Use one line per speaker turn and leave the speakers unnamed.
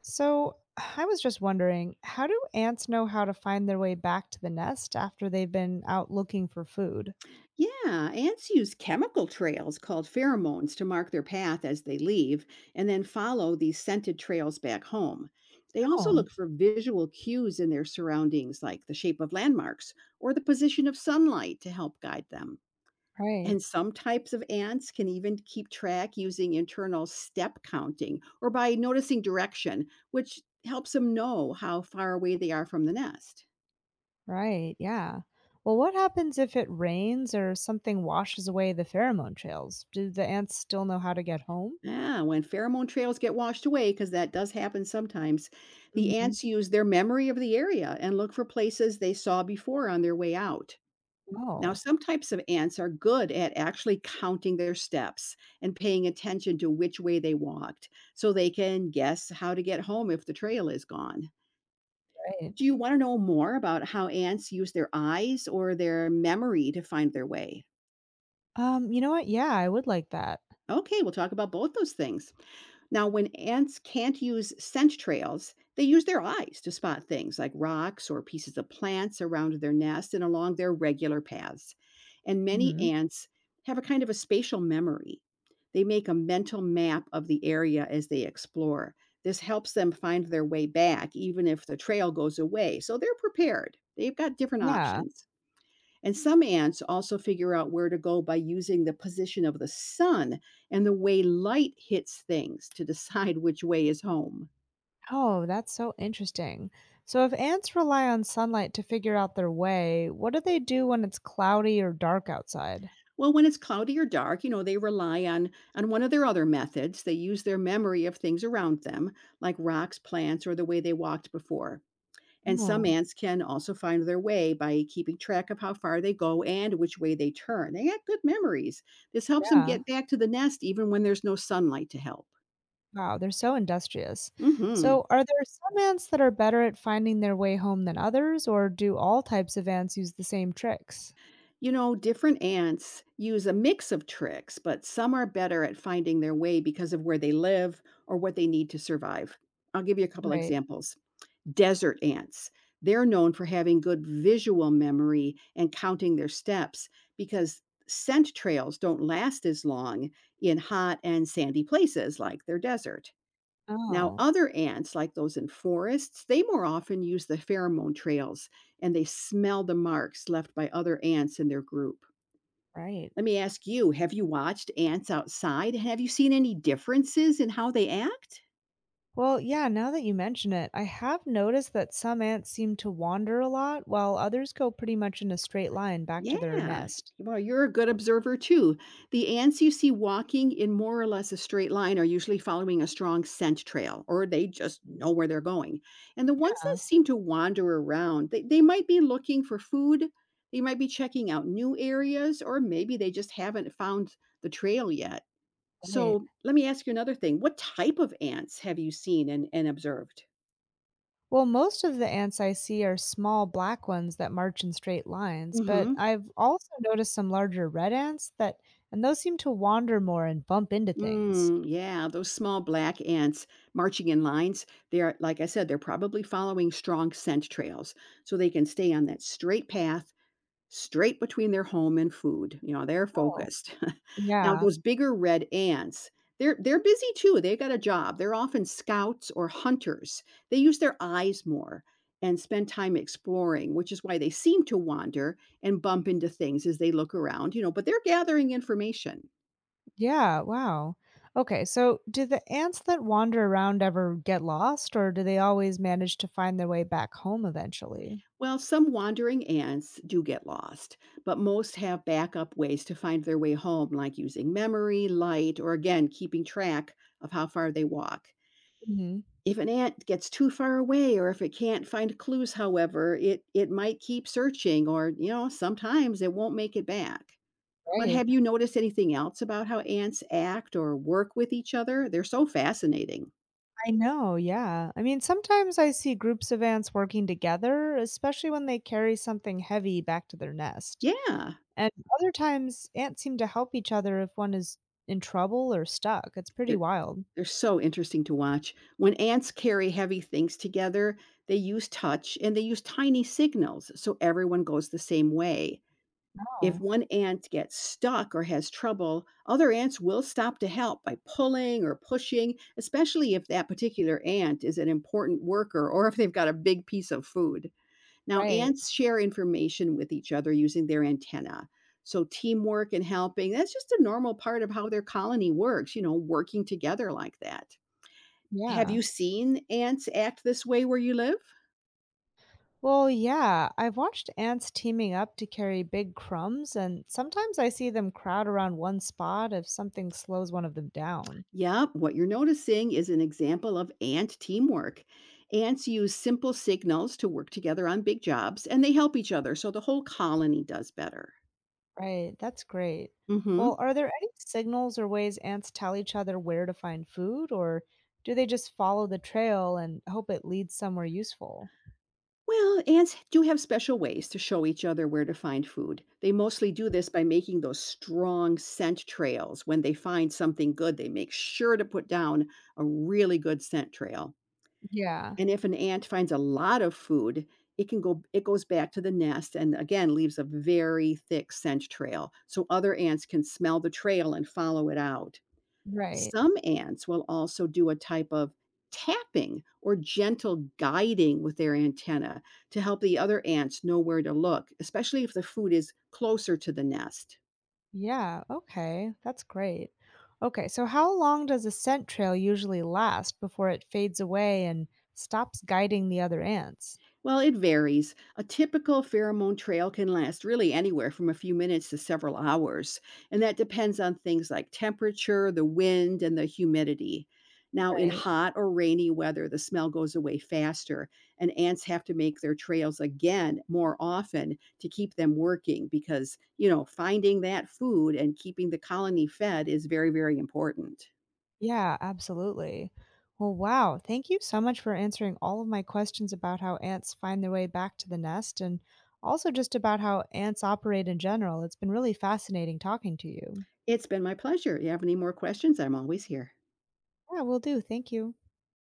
So, I was just wondering, how do ants know how to find their way back to the nest after they've been out looking for food?
Yeah, ants use chemical trails called pheromones to mark their path as they leave and then follow these scented trails back home. They also
Oh,
look for visual cues in their surroundings, like the shape of landmarks or the position of sunlight to help guide them.
right,
And some types of ants can even keep track using internal step counting or by noticing direction, which helps them know how far away they are from the nest.
right, yeah. Well, what happens if it rains or something washes away the pheromone trails? Do the ants still know how to get home?
Yeah, when pheromone trails get washed away, because that does happen sometimes, the
hmm
ants use their memory of the area and look for places they saw before on their way out. Now,
Oh,
some types of ants are good at actually counting their steps and paying attention to which way they walked so they can guess how to get home if the trail is gone.
right.
Do you want to know more about how ants use their eyes or their memory to find their way?
You know what? Yeah, I would like that.
Okay, we'll talk about both those things. Now, when ants can't use scent trails, they use their eyes to spot things like rocks or pieces of plants around their nest and along their regular paths. And many
hmm
ants have a kind of a spatial memory. They make a mental map of the area as they explore. This helps them find their way back, even if the trail goes away. So they're prepared. They've got different
Yeah.
options. And some ants also figure out where to go by using the position of the sun and the way light hits things to decide which way is home.
Oh, that's so interesting. So, if ants rely on sunlight to figure out their way, what do they do when it's cloudy or dark outside?
Well, when it's cloudy or dark, you know, they rely on one of their other methods. They use their memory of things around them, like rocks, plants, or the way they walked before. And some
Oh,
ants can also find their way by keeping track of how far they go and which way they turn. They got good memories. This helps them
yeah.
get back to the nest even when there's no sunlight to help.
Wow, they're so industrious.
Mhm.
So, are there some ants that are better at finding their way home than others, or do all types of ants use the same tricks?
You know, different ants use a mix of tricks, but some are better at finding their way because of where they live or what they need to survive. I'll give you a couple
Right.
examples. Desert ants. They're known for having good visual memory and counting their steps because scent trails don't last as long in hot and sandy places like their desert. Now,
Oh,
other ants, like those in forests, they more often use the pheromone trails and they smell the marks left by other ants in their group.
right.
Let me ask you, have you watched ants outside? Have you seen any differences in how they act?
Well, yeah, now that you mention it, I have noticed that some ants seem to wander a lot while others go pretty much in a straight line back to their
Yeah.
nest.
Well, you're a good observer too. The ants you see walking in more or less a straight line are usually following a strong scent trail, or they just know where they're going. And the ones
Yeah,
that seem to wander around, they might be looking for food, they might be checking out new areas, or maybe they just haven't found the trail yet.
right.
So let me ask you another thing. What type of ants have you seen and observed?
Well, most of the ants I see are small black ones that march in straight lines, but
Mhm.
I've also noticed some larger red ants that, and those seem to wander more and bump into things.
Mm, yeah, those small black ants marching in lines, they are, like I said, they're probably following strong scent trails so they can stay on that straight path, straight between their home and food. You know, they're
Oh,
focused. Now,
yeah.
those bigger red ants, they're busy too. They got a job. They're often scouts or hunters. They use their eyes more and spend time exploring, which is why they seem to wander and bump into things as they look around, you know, but they're gathering information.
Yeah. Wow. Okay. So, do the ants that wander around ever get lost, or do they always manage to find their way back home eventually?
Well, some wandering ants do get lost, but most have backup ways to find their way home, like using memory, light, or again, keeping track of how far they walk.
hmm
If an ant gets too far away or if it can't find clues, however, it might keep searching or, you know, sometimes it won't make it back. But
Right.
have you noticed anything else about how ants act or work with each other? They're so fascinating.
I know. Yeah. I mean, sometimes I see groups of ants working together, especially when they carry something heavy back to their nest.
Yeah,
And other times, ants seem to help each other if one is in trouble or stuck. It's pretty
they're
wild.
They're so interesting to watch. When ants carry heavy things together, they use touch and they use tiny signals so everyone goes the same way. If
Oh,
one ant gets stuck or has trouble, other ants will stop to help by pulling or pushing, especially if that particular ant is an important worker or if they've got a big piece of food. Now,
right.
ants share information with each other using their antenna. So, teamwork and helping, that's just a normal part of how their colony works, you know, working together like that. Have
Yeah.
you seen ants act this way where you live?
Well, yeah, I've watched ants teaming up to carry big crumbs, and sometimes I see them crowd around one spot if something slows one of them down.
Yep, what you're noticing is an example of ant teamwork. Ants use simple signals to work together on big jobs, and they help each other so the whole colony does better.
Right, that's great. Well,
Hmm.
are there any signals or ways ants tell each other where to find food, or do they just follow the trail and hope it leads somewhere useful?
Well, ants do have special ways to show each other where to find food. They mostly do this by making those strong scent trails. When they find something good, they make sure to put down a really good scent trail.
Yeah,
And if an ant finds a lot of food, it can go it goes back to the nest and again leaves a very thick scent trail so other ants can smell the trail and follow it out.
right.
Some ants will also do a type of tapping or gentle guiding with their antenna to help the other ants know where to look, especially if the food is closer to the nest.
Yeah, okay. That's great. Okay, so how long does a scent trail usually last before it fades away and stops guiding the other ants?
Well, it varies. A typical pheromone trail can last really anywhere from a few minutes to several hours, and that depends on things like temperature, the wind, and the humidity. Now, in
Right.
hot or rainy weather, the smell goes away faster, and ants have to make their trails again more often to keep them working because, you know, finding that food and keeping the colony fed is very, very important.
Yeah, absolutely. Well, wow. Thank you so much for answering all of my questions about how ants find their way back to the nest and also just about how ants operate in general. It's been really fascinating talking to you.
It's been my pleasure. You have any more questions? I'm always here.
Yeah, will do. Thank you.